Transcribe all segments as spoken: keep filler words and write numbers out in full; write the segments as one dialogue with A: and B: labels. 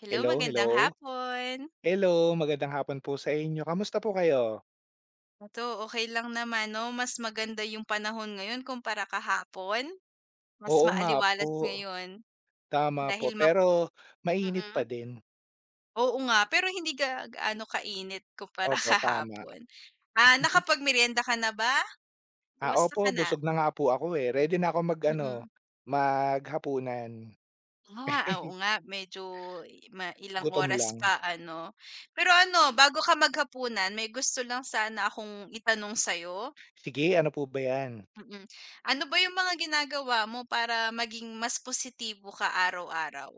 A: Hello,
B: Hello, hello.
A: magandang hapon.
B: Hello, magandang hapon po sa inyo. Kamusta po kayo?
A: Eto, okay lang naman 'no, mas maganda yung panahon ngayon kumpara kahapon. Mas
B: Oo nga po,
A: maaliwalas ngayon.
B: tama po,
A: Dahil mak
B: pero mainit pa
A: mm.
B: din.
A: Oo nga, pero hindi ga gaano kainit kumpara
B: Opo, tama.
A: kahapon. Ah, nakapagmeryenda ka na ba?
B: Ah,
A: Kumusta
B: opo,
A: ka na?
B: busog na nga po ako, eh. Ready na ako mag-ano,
A: Mm.
B: maghapunan.
A: Ah, oo nga medyo i- ma ilang
B: Gutom
A: oras
B: lang.
A: pa ano. Pero ano, bago ka maghapunan may gusto lang sana akong itanong sa'yo.
B: Sige, ano po ba 'yan?
A: Mm. Ano ba yung mga ginagawa mo para maging mas positibo ka araw-araw?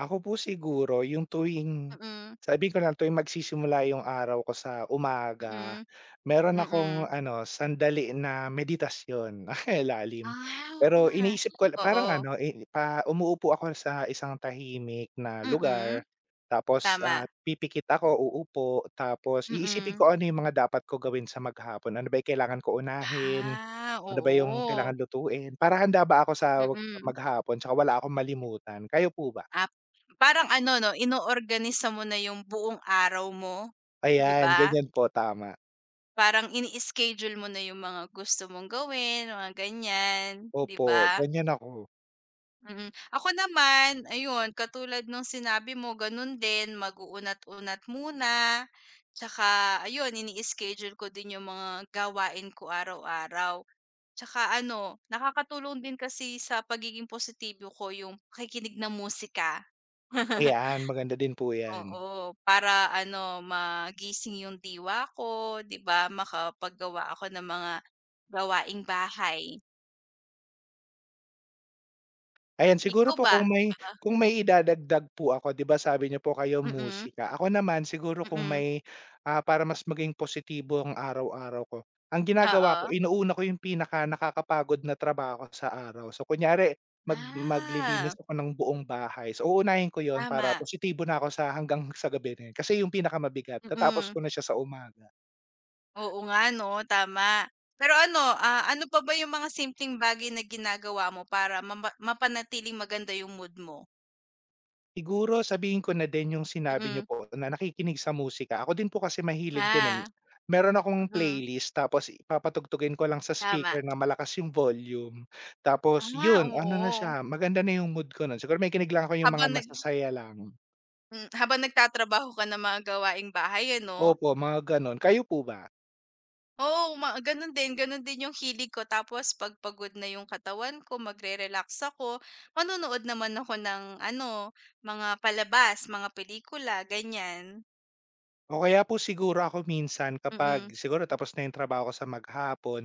B: Ako po siguro yung tuwing
A: Mm,
B: sabi ko na tuwing magsisimula yung araw ko sa umaga,
A: mm,
B: meron akong
A: mm.
B: ano, sandali na meditasyon, napakalalim. Pero
A: Ah,
B: iniisip ko parang
A: oo.
B: ano, eh, pa umuupo ako sa isang tahimik na lugar,
A: Mm,
B: tapos, ah,
A: tama.
B: pipikit ako, uupo, tapos iisipin
A: Mm.
B: ko ano yung mga dapat ko gawin sa maghapon. Ano ba yung kailangan ko unahin,
A: Ah,
B: ano ba yung
A: oo.
B: kailangan lutuin, para handa ba ako sa wag-
A: Mm.
B: maghapon tsaka wala akong malimutan. Kayo po ba?
A: Ap parang ano 'no, inoorganisa mo na yung buong araw mo, 'di
B: Ayan,
A: ba?
B: ganyan po, tama.
A: Parang ini-schedule mo na yung mga gusto mong gawin, mga ganyan, 'di
B: Opo,
A: ba?
B: ganyan ako.
A: Mm. Ako naman, ayun, katulad nung sinabi mo, ganun din, mag-uunat-unat muna. Tsaka, ayun, ini-schedule ko din yung mga gawain ko araw-araw. Tsaka ano, nakakatulong din kasi sa pagiging positibo ko yung pakikinig ng musika.
B: Ayan, maganda din po 'yan.
A: Oo, para ano, magising yung diwa ko, 'di ba? Makapaggawa ako ng mga gawaing bahay.
B: Ayan, siguro
A: Ikaw
B: po
A: ba?
B: kung may kung may idadagdag po ako, 'di ba sabi niyo po kayo
A: Oo.
B: musika. Ako naman siguro
A: Mm,
B: kung
A: mm.
B: may, ah, para mas maging positibo ang araw-araw ko, ang ginagawa ko
A: Oo.
B: inuuna ko yung pinaka-nakakapagod na trabaho sa araw. So, kunyari mag maglilinis
A: Ah,
B: ako ng buong bahay. So, uunahin ko yon para
A: tama.
B: positibo na ako sa hanggang sa gabi na 'yun kasi yung pinakamabigat, tatapos
A: Mm.
B: ko na siya sa umaga.
A: Oo nga 'no, tama. Pero ano, ah, ano pa ba yung mga simpleng bagay na ginagawa mo para mapa mapanatiling maganda yung mood mo?
B: Siguro sabihin ko na din yung sinabi niyo
A: Mm,
B: po na nakikinig sa musika. Ako din po kasi mahilig din, eh.
A: ah,
B: Meron akong
A: mm,
B: playlist tapos papatugtugin ko lang sa
A: tama.
B: speaker na malakas yung volume. Tapos
A: Ah,
B: yun, ano na
A: oo.
B: siya, maganda na yung mood ko nun. Siguro may kinig lang ako yung mga
A: Habang nag
B: masasaya lang.
A: hmm, habang nagtatrabaho ka ng mga gawaing bahay ano?
B: Opo, mga gano'n. Kayo po ba?
A: Oo, ma gano'n din, gano'n din yung hilig ko tapos 'pag pagod na yung katawan ko, magre-relax ako, manonood naman ako ng ano, mga palabas, mga pelikula, ganyan.
B: O kaya po siguro ako minsan kapag
A: Mm,
B: siguro tapos na 'yung trabaho ko sa maghapon,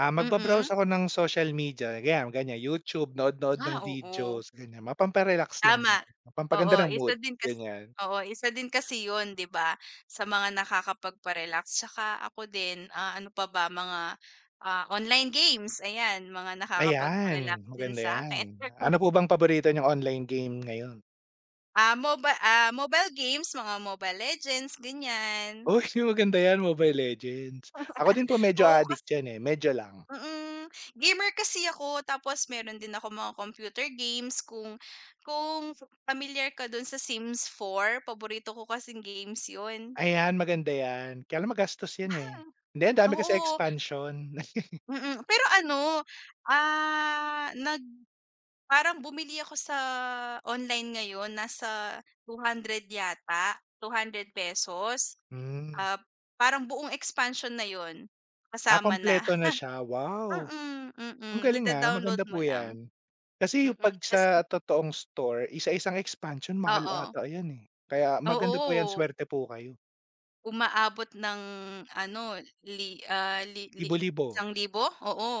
B: ah,
A: mm.
B: magbabrowse ako ng social media, ganyan ganyan, YouTube, nood-nood ng
A: Ah, oo,
B: videos, ganyan. Mapampa lang
A: tama.
B: ba? Mapampaganda
A: Oo,
B: ng mood,
A: isa din kas
B: ganyan.
A: Oo, isa din kasi yun, 'di ba, sa mga nakakapagpa-relax. Tsaka ako din, ah, ano pa ba, mga, ah, online games, ayan, mga nakakapagpa-relax
B: Ayan,
A: din
B: maganda
A: sa
B: 'yan.
A: sa'kin.
B: Ano po bang paborito niyong online game ngayon?
A: Ah, mobile ah, mobile games, mga Mobile Legends, ganyan.
B: Uy, maganda 'yan, Mobile Legends. Ako din po medyo
A: Oo,
B: addict
A: kasi
B: diyan, eh, medyo lang.
A: mm, gamer kasi ako tapos meron din ako mga computer games kung kung familiar ka dun sa Sims four paborito ko kasing games yun.
B: Ayan, maganda 'yan, kaya lang magastos 'yan, eh. Hindi, ang dami kasi
A: Oo,
B: expansion.
A: mm. Pero ano, ah, nag Parang bumili ako sa online ngayon nasa ₱two hundred pesos yata, ₱two hundred pesos.
B: Hmm,
A: Ah, parang buong expansion na 'yun,
B: ah,
A: kasama na.
B: kumpleto na siya, wow!
A: Mm,
B: Ang
A: mm,
B: galing, ah,
A: ida-download
B: maganda
A: mo
B: po
A: lang.
B: 'yan. Kasi
A: Mm,
B: 'pag
A: tas
B: sa totoong store, isa-isang expansion mahal
A: oo,
B: ata 'yan, eh. Kaya maganda po 'yan,
A: oo,
B: swerte po kayo.
A: umaabot ng ano, li ah, li li
B: Libo-libo,
A: isang libo. Oo,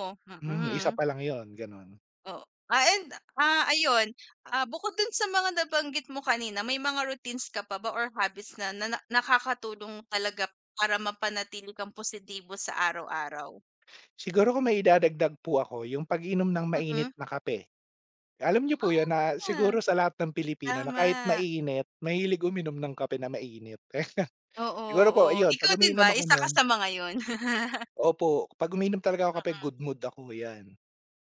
B: mhm,
A: mm.
B: isa pa lang 'yon, gano'n.
A: Oo. Ah, and, ah, ayun, ah, bukod dun sa mga nabanggit mo kanina, may mga routines ka pa ba or habits na na na- nakakatulong talaga para mapanatili kang positibo sa araw-araw?
B: Siguro kung maidadagdag po ako, yung pag-inom ng mainit
A: Mm.
B: na kape. Alam niyo po 'yon na
A: Ah,
B: siguro sa lahat ng Pilipino na
A: tama.
B: kahit mainit, mahilig uminom ng kape na mainit.
A: Oo,
B: Siguro
A: oo.
B: po ayun, 'pag
A: Ikaw din
B: umiinom
A: ba
B: ako
A: isa ka
B: no'n
A: sa mga yun?
B: opo, 'pag umiinom talaga ako kape, good mood ako, 'yan.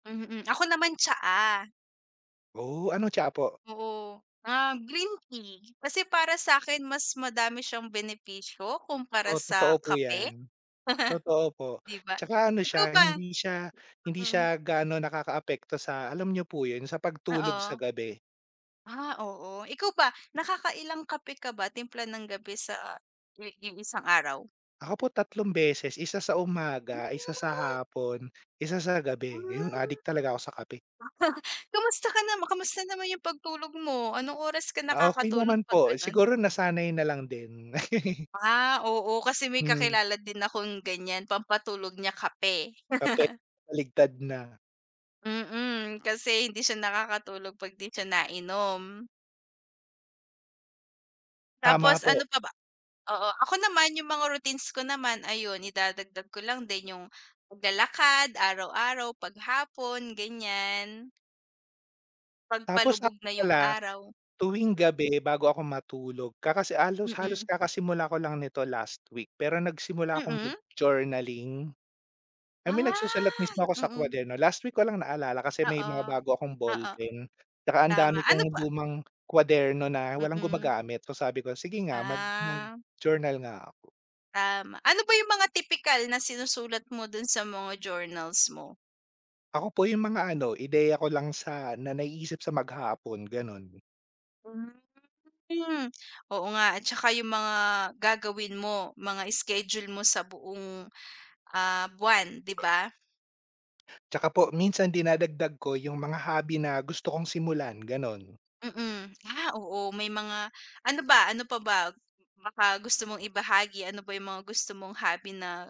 A: Mm. Mm, ako naman tsaa.
B: Oo, ano, tsiapo.
A: Oo. Ah, green tea. Kasi para sa akin mas madami siyang benepisyo
B: Oo,
A: kumpara
B: totoo
A: sa
B: po
A: kape,
B: 'yan. Totoo po.
A: 'di ba?
B: Tsaka ano
A: Ikaw
B: siya,
A: ba?
B: hindi siya hindi
A: Mm.
B: siya gaano nakakaapekto sa alam niyo po 'yun, sa pagtulog
A: Oo.
B: sa gabi.
A: Ah, oo. Ikaw ba, nakakailang kape ka ba, timpla ng gabi sa i iisang araw?
B: Ako po tatlong beses, isa sa umaga, isa sa hapon, isa sa gabi.
A: Hmm.
B: Ayun, addict talaga ako sa kape.
A: Kamusta ka nama kamusta naman yung pagtulog mo? Anong oras ka
B: Ah, okey
A: nakakatulog
B: naman
A: 'pag
B: po,
A: gano'n?
B: siguro nasanay na lang din.
A: Ah, oo, kasi may
B: Hmm,
A: kakilala din akong ganyan, pampatulog niya kape.
B: kape baligtad na.
A: Mm, kasi hindi siya nakakatulog 'pag 'di siya nainom.
B: Tama
A: Tapos
B: po.
A: ano pa ba. Oo, ako naman yung mga routines ko naman ayun idadagdag ko lang din yung paglalakad araw-araw, paghapon ganyan, 'pag
B: Tapos
A: palubog
B: ako
A: na yung
B: pala,
A: araw.
B: tuwing gabi bago ako matulog, kakasi halos halos
A: Mm,
B: kakasimula ko lang nito last week, pero nagsimula akong
A: mm.
B: mag-journaling. I mean, nagsusulat
A: Ah,
B: mismo ako sa
A: mm,
B: kwaderno. Last week ko lang naalala kasi may
A: oo,
B: mga bago akong
A: oo,
B: ballpen, tsaka ang
A: tama.
B: dami
A: Ano
B: kong
A: pa.
B: lumang kwaderno na walang
A: Mm,
B: gumagamit. So, sabi ko, "Sige nga, mag
A: ah,
B: mag-journal nga ako."
A: tama. Ano ba yung mga tipikal na sinusulat mo dun sa mga journals mo?
B: Ako po yung mga ano, ideya ko lang sa na naiisip sa maghapon, gano'n.
A: Hmm, oo nga at saka yung mga gagawin mo, mga schedule mo sa buong, ah, buwan, 'di ba?
B: Tsaka po minsan dinadagdag ko yung mga hobby na gusto kong simulan, gano'n.
A: Mm. Ah, oo may mga ano ba, ano pa ba baka gusto mong ibahagi, ano ba yung mga gusto mong hobby na,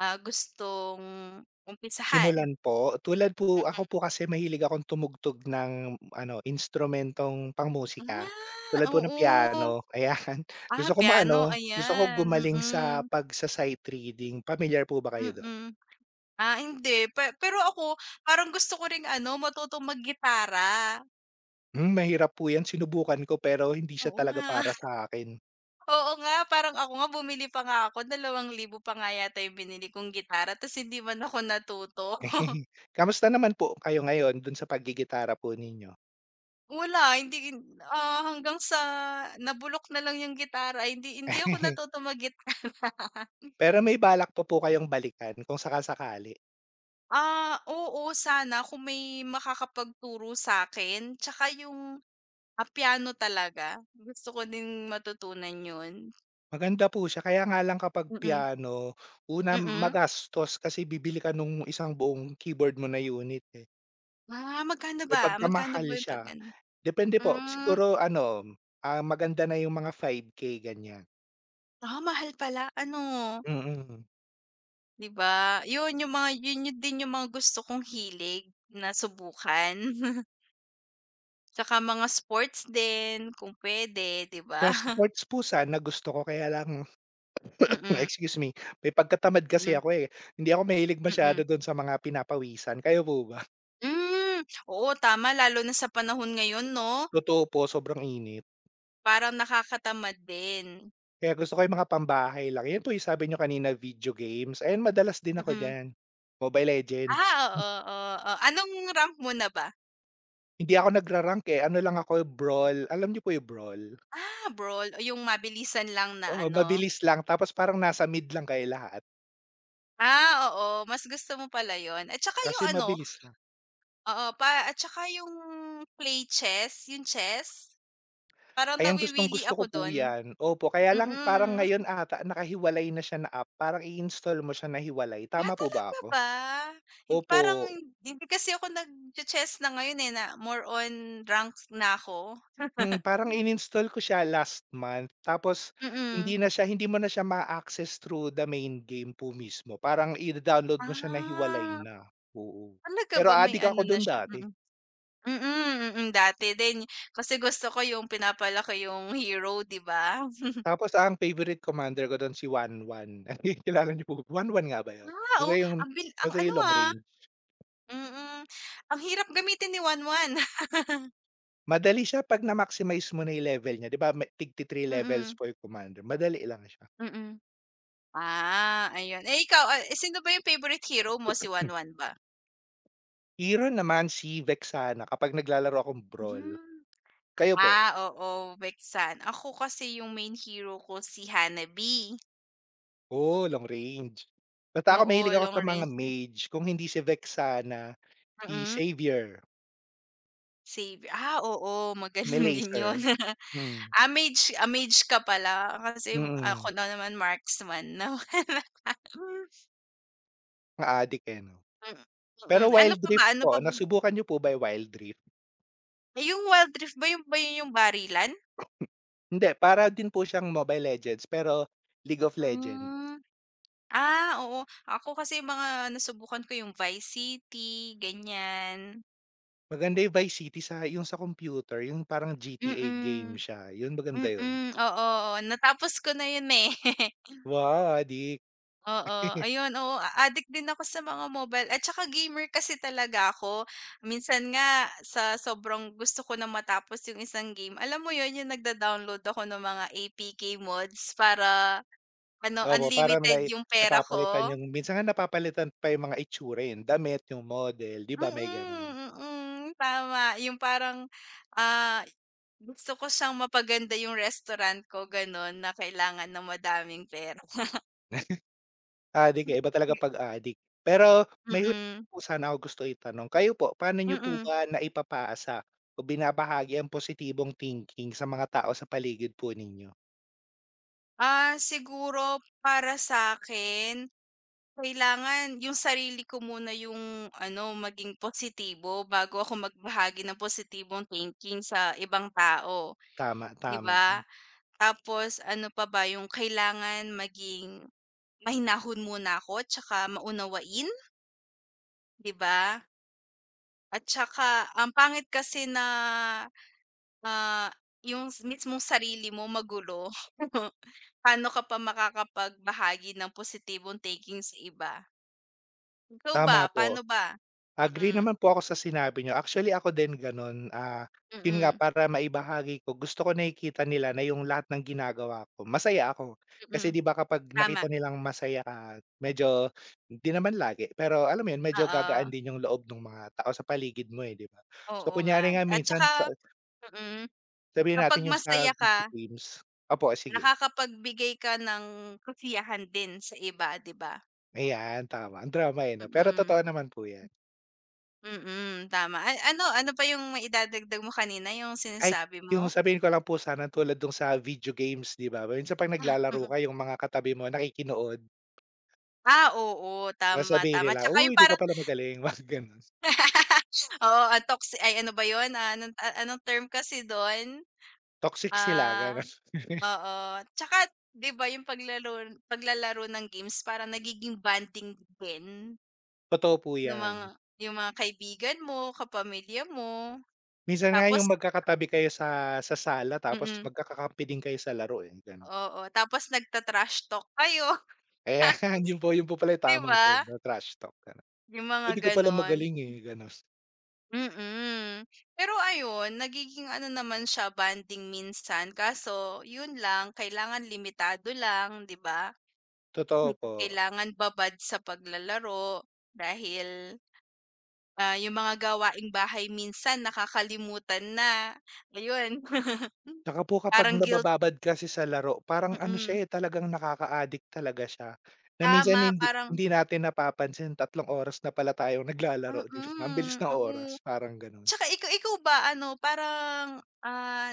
A: ah, gustong umpisahan?
B: Simulan po, tulad po ako po kasi mahilig akong tumugtog ng ano, instrumentong pangmusika, tulad
A: Ah,
B: po ng
A: oo.
B: piano, ayan. Gusto
A: Ah,
B: ko
A: piano,
B: maano, gusto ko
A: ayan,
B: gumaling sa
A: mm,
B: pagsa-sight reading, pamilyar po ba kayo do'n?
A: mm. Ah, hindi pe pero ako parang gusto ko ring ano matutong maggitara,
B: Hmm, mahirap po 'yan, sinubukan ko pero hindi siya
A: oo
B: talaga
A: nga.
B: para sa akin.
A: Oo nga, parang ako nga bumili pa nga ako, ₱dalawang libong piso pa nga yata yung binili kong gitara ta's hindi man ako natuto.
B: Kamusta naman po kayo ngayon dun sa paggigitara po ninyo?
A: Wala, hindi ah, hanggang sa nabulok na lang yung gitara, hindi hindi ako natuto mag-gitara.
B: Pero may balak pa po kayong balikan kung saka-sakali?
A: Ah, oo, sana kung may makakapagturo sa akin tsaka yung, ah, piano talaga, gusto ko din matutunan yun.
B: Maganda po siya kaya nga lang kapag
A: Mm,
B: piano, una
A: mm.
B: magastos kasi bibili ka nung isang buong keyboard mo na unit, eh.
A: Ah, magkano
B: Eh,
A: ba?
B: pagka
A: Magkano
B: mahal
A: ba yung
B: siya
A: 'pag ano?
B: depende po
A: Hmm,
B: siguro ano, ah, maganda na yung mga five K ganyan,
A: ah, mahal pala, ano?
B: mm.
A: 'Di ba? 'Yun yung mga 'yun yun din yung mga gusto kong hilig na subukan. Tsaka mga sports din kung puwede, 'di ba?
B: Tas sports po sana gusto ko kaya lang
A: Mm,
B: excuse me, may pagkatamad kasi
A: mm,
B: ako, eh, hindi ako mahilig masyado
A: mm.
B: dun sa mga pinapawisan, kayo po ba?
A: Mm, oo, tama lalo na sa panahon ngayon 'no,
B: Totoo po sobrang init.
A: parang nakakatamad din.
B: Kaya gusto ko yung mga pambahay lang, yun po yung sabi niyo kanina video games, ayan madalas din ako
A: Mm.
B: diyan, Mobile Legends.
A: Ah, oo, oo. Oo. Anong rank mo na ba?
B: Hindi ako nagra-rank, eh, ano lang ako brawl, alam nyo po yung brawl?
A: Ah, brawl o yung mabilisan lang na
B: Oo,
A: ano?
B: mabilis lang tapos parang nasa mid lang kayo lahat,
A: Ah, oo mas gusto mo pala 'yun at tsaka
B: kasi
A: yung ano.
B: mabilis lang.
A: Oo, pa at saka yung play chess, yung chess. Parang
B: Ayan
A: nawiwili
B: gustong-gusto ko
A: ako
B: po
A: dun.
B: yan, opo kaya lang parang
A: Mm.
B: ngayon ata nakahiwalay na siya na app, parang i-install mo siya na hiwalay,
A: Ah,
B: tama po ba
A: talaga
B: ako?
A: ba? Hin
B: Opo.
A: parang hindi kasi ako nagche-chess na ngayon, eh, na more on ranks na ako.
B: Mm, parang ininstall ko siya last month tapos hindi
A: Mm.
B: na siya hindi mo na siya ma-access through the main game po mismo, parang ida-download mo siya na hiwalay
A: Ah,
B: na, oo.
A: talaga
B: Pero
A: ba may
B: adik ako
A: ano na
B: dun
A: siya?
B: dati,
A: Mm. Mm, mm, dati din kasi gusto ko yung pinapalaki yung hero, 'di ba?
B: tapos ang favorite commander ko dun si Wanwan, kilala niyo po Wanwan nga ba yun?
A: Ah,
B: Basta
A: oh,
B: yung
A: ang bil ang
B: basta
A: ano,
B: yung long
A: ah,
B: range.
A: mm. Ang hirap gamitin ni Wanwan.
B: Madali siya 'pag na-maximize mo na yung level niya, 'di ba may tig-ti-three levels
A: Mm,
B: po yung commander, madali lang siya.
A: mm. Ah, ayun. Eh, ikaw, ah, eh, sino ba yung favorite hero mo, si
B: Hmm.
A: Wanwan ba?
B: Hero naman si Vexana kapag naglalaro akong brawl,
A: Mhm.
B: kayo po?
A: Ah, oo, Vexan. Ako kasi yung main hero ko si Hanabi.
B: Oh, long range. Basta ako mahilig
A: Oo,
B: ako
A: long
B: sa mga
A: range na
B: mage, kung hindi si Vexana, si
A: mm,
B: Xavier,
A: save ah, oo, magaling din yun.
B: Melacer. Hmm,
A: Ah, mage ah, mage ka pala kasi
B: mm.
A: ako na naman marksman naman. Mm,
B: Naadik, eh, 'no?
A: mm.
B: Pero
A: Mm. Ano
B: Wild
A: pa ba,
B: Rift
A: ano
B: po,
A: pa ba?
B: nasubukan niyo po ba yung Wild Rift?
A: Eh, yung Wild Rift ba yung ba yun yung barilan?
B: Hindi, para din po siyang Mobile Legends pero League of Legends.
A: Hmm. Ah, oo. Ako kasi mga nasubukan ko yung Vice City, ganyan.
B: Maganda yung Vice City sa yung sa computer, yung parang G T A game
A: Mm,
B: siya, yun maganda yun.
A: mm, oo, oo. Natapos ko na yun, eh.
B: Wow, adik.
A: Oo, ayun, oo, a-addict din ako sa mga mobile at saka gamer kasi talaga ako. Minsan nga sa sobrang gusto ko na matapos yung isang game, alam mo yun, yung nagda-download ako ng mga A P K mods para ano,
B: Opo, parang
A: unlimited
B: nai
A: yung pera
B: napapalitan
A: ko.
B: yung minsan nga napapalitan pa yung mga itsura, eh, yung damit, yung model, 'di ba may gano'n?
A: Mm, mm, tama. Yung parang, ah, gusto ko siyang mapaganda yung restaurant ko gano'n na kailangan ng madaming pera.
B: Adik, eh, iba talaga 'pag adik. Pero may huli
A: Mm,
B: lang po sana ako gusto itanong, kayo po, paano niyo po
A: mm.
B: ba naipapasa o binabahagi ang positibong thinking sa mga tao sa paligid po ninyo?
A: Ah, siguro para sa akin kailangan yung sarili ko muna yung ano, maging positibo bago ako magbahagi ng positibong thinking sa ibang tao,
B: Tama,
A: 'di
B: tama.
A: ba? Tapos ano pa ba, yung kailangan maging mahinahon muna ako tsaka maunawain, 'di ba? At tsaka ang pangit kasi na, ah, yung s- mismong sarili mo magulo. Paano ka pa makakapagbahagi ng positibong thinking sa iba? Ikaw ba,
B: Tama po.
A: paano ba?
B: Agree
A: Mm,
B: naman po ako sa sinabi niyo. Actually ako din gano'n, ah, 'yun nga
A: mm,
B: para maibahagi ko gusto ko nakikita nila na yung lahat ng ginagawa ko masaya ako. Kasi
A: mm,
B: 'di ba kapag nakita
A: tama,
B: nilang masaya ka medyo hindi naman lagi, pero alam mo 'yun medyo
A: oo,
B: gagaan din yung loob ng mga tao sa paligid mo, eh, 'di ba? So
A: oo nga
B: kunyari nga
A: at
B: minsan
A: tsaka
B: sa
A: mm,
B: sabihin
A: kapag
B: natin yung sa
A: masaya ka
B: video games opo, sige.
A: nakakapagbigay ka ng kasiyahan din sa iba, 'di ba?
B: Ayan, tama ang drama, eh, 'no? Pero
A: Mm,
B: totoo naman po 'yan.
A: mm, tama. A ano ano pa yung maidadagdag mo kanina, yung
B: Ay,
A: sinasabi mo?
B: yung sabihin ko lang po sana tulad dun sa video games, 'di ba? Minsan 'pag
A: Ah,
B: naglalaro
A: mm.
B: ka yung mga katabi mo nakikinood,
A: Ah, oo, tama,
B: sasabihin
A: tama.
B: nila,
A: Tsaka
B: "Uy,
A: yung
B: di ka
A: parang
B: pala magaling," mga gano'n.
A: oo, ah, toxi ay ano ba yon, ah, anong a anong term kasi dun?
B: Toxic sila,
A: Ah,
B: gano'n.
A: oo. Tsaka 'di ba yung paglalaro paglalaro ng games parang nagiging bonding din
B: Totoo po
A: ng
B: 'yan.
A: mga yung mga kaibigan mo, kapamilya mo,
B: Minsan nga
A: tapos.
B: yung magkakatabi kayo sa sa sala tapos
A: Mm,
B: magkakakampi din kayo sa laro, eh, gano'n.
A: oo. Tapos nagta-trash talk kayo,
B: Ayan, yun po yun po pala yung
A: 'di
B: tamang term
A: ba?
B: na trash talk, gano'n.
A: Yung mga
B: "Uy, di ka pala
A: gano'n,
B: magaling, eh," gano'n.
A: mm. Pero ayun, nagiging ano naman siya, banding minsan kaso yun lang, kailangan limitado lang, 'di ba?
B: Totoo po.
A: Hindi kailangan babad sa paglalaro dahil, ah, yung mga gawaing bahay minsan nakakalimutan na, ayun.
B: Tsaka po kapag
A: Parang guilt.
B: nabababad kasi sa laro parang ano siya,
A: Mm.
B: eh, talagang nakaka-addict talaga siya, na minsan
A: Tama,
B: hindi
A: parang
B: hindi natin napapansin tatlong oras na pala tayong naglalaro 'di ba, ang
A: mm,
B: bilis ng oras
A: oo.
B: parang gano'n.
A: Tsaka ikaw ikaw ba ano parang, ah,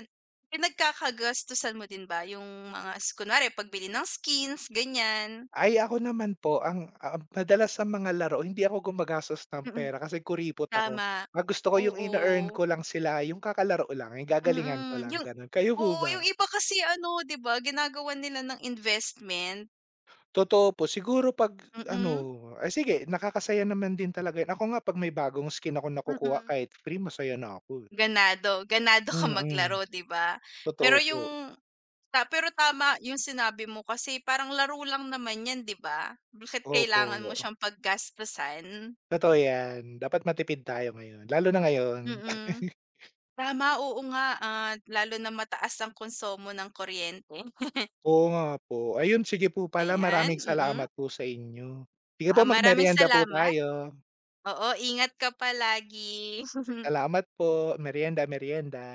A: pinagkakagastusan mo din ba yung mga s kunwari pagbili ng skins ganyan?
B: Ay ako naman po ang, ah, madalas sa mga laro hindi ako gumagastos ng
A: Mm.
B: pera kasi kuripot ako.
A: Tama,
B: Ang gusto ko yung ine-earn
A: oo,
B: ko lang sila yung kakalaro lang, yung gagalingan ko
A: mm,
B: lang
A: yung
B: gano'n, kayo po
A: oo,
B: ba?
A: yung iba kasi ano 'di ba ginagawan nila ng investment,
B: Totoo po. Siguro 'pag ano,
A: mm.
B: ay sige nakakasaya naman din talaga 'yun. Ako nga 'pag may bagong skin ako nakukuha
A: Mm.
B: kahit free masaya na ako, eh.
A: Ganado, ganado ka
B: Mm,
A: maglaro 'di ba? Pero
B: totoo
A: yung
B: po.
A: ta pero tama yung sinabi mo kasi parang laro lang naman yan 'di ba? Bakit
B: Opo,
A: kailangan mo siyang paggastusan?
B: totoo 'yan. Dapat matipid tayo ngayon, lalo na ngayon.
A: Mm. Tama, oo nga at lalo na mataas ang konsumo ng kuryente,
B: Oo nga po. Ayun, sige po pala
A: ayan,
B: maraming
A: mm.
B: salamat po sa inyo. Sige
A: Ah,
B: po,
A: maraming
B: magmeryenda po
A: salamat.
B: tayo.
A: Oo, ingat ka palagi.
B: Salamat po. Meryenda, meryenda.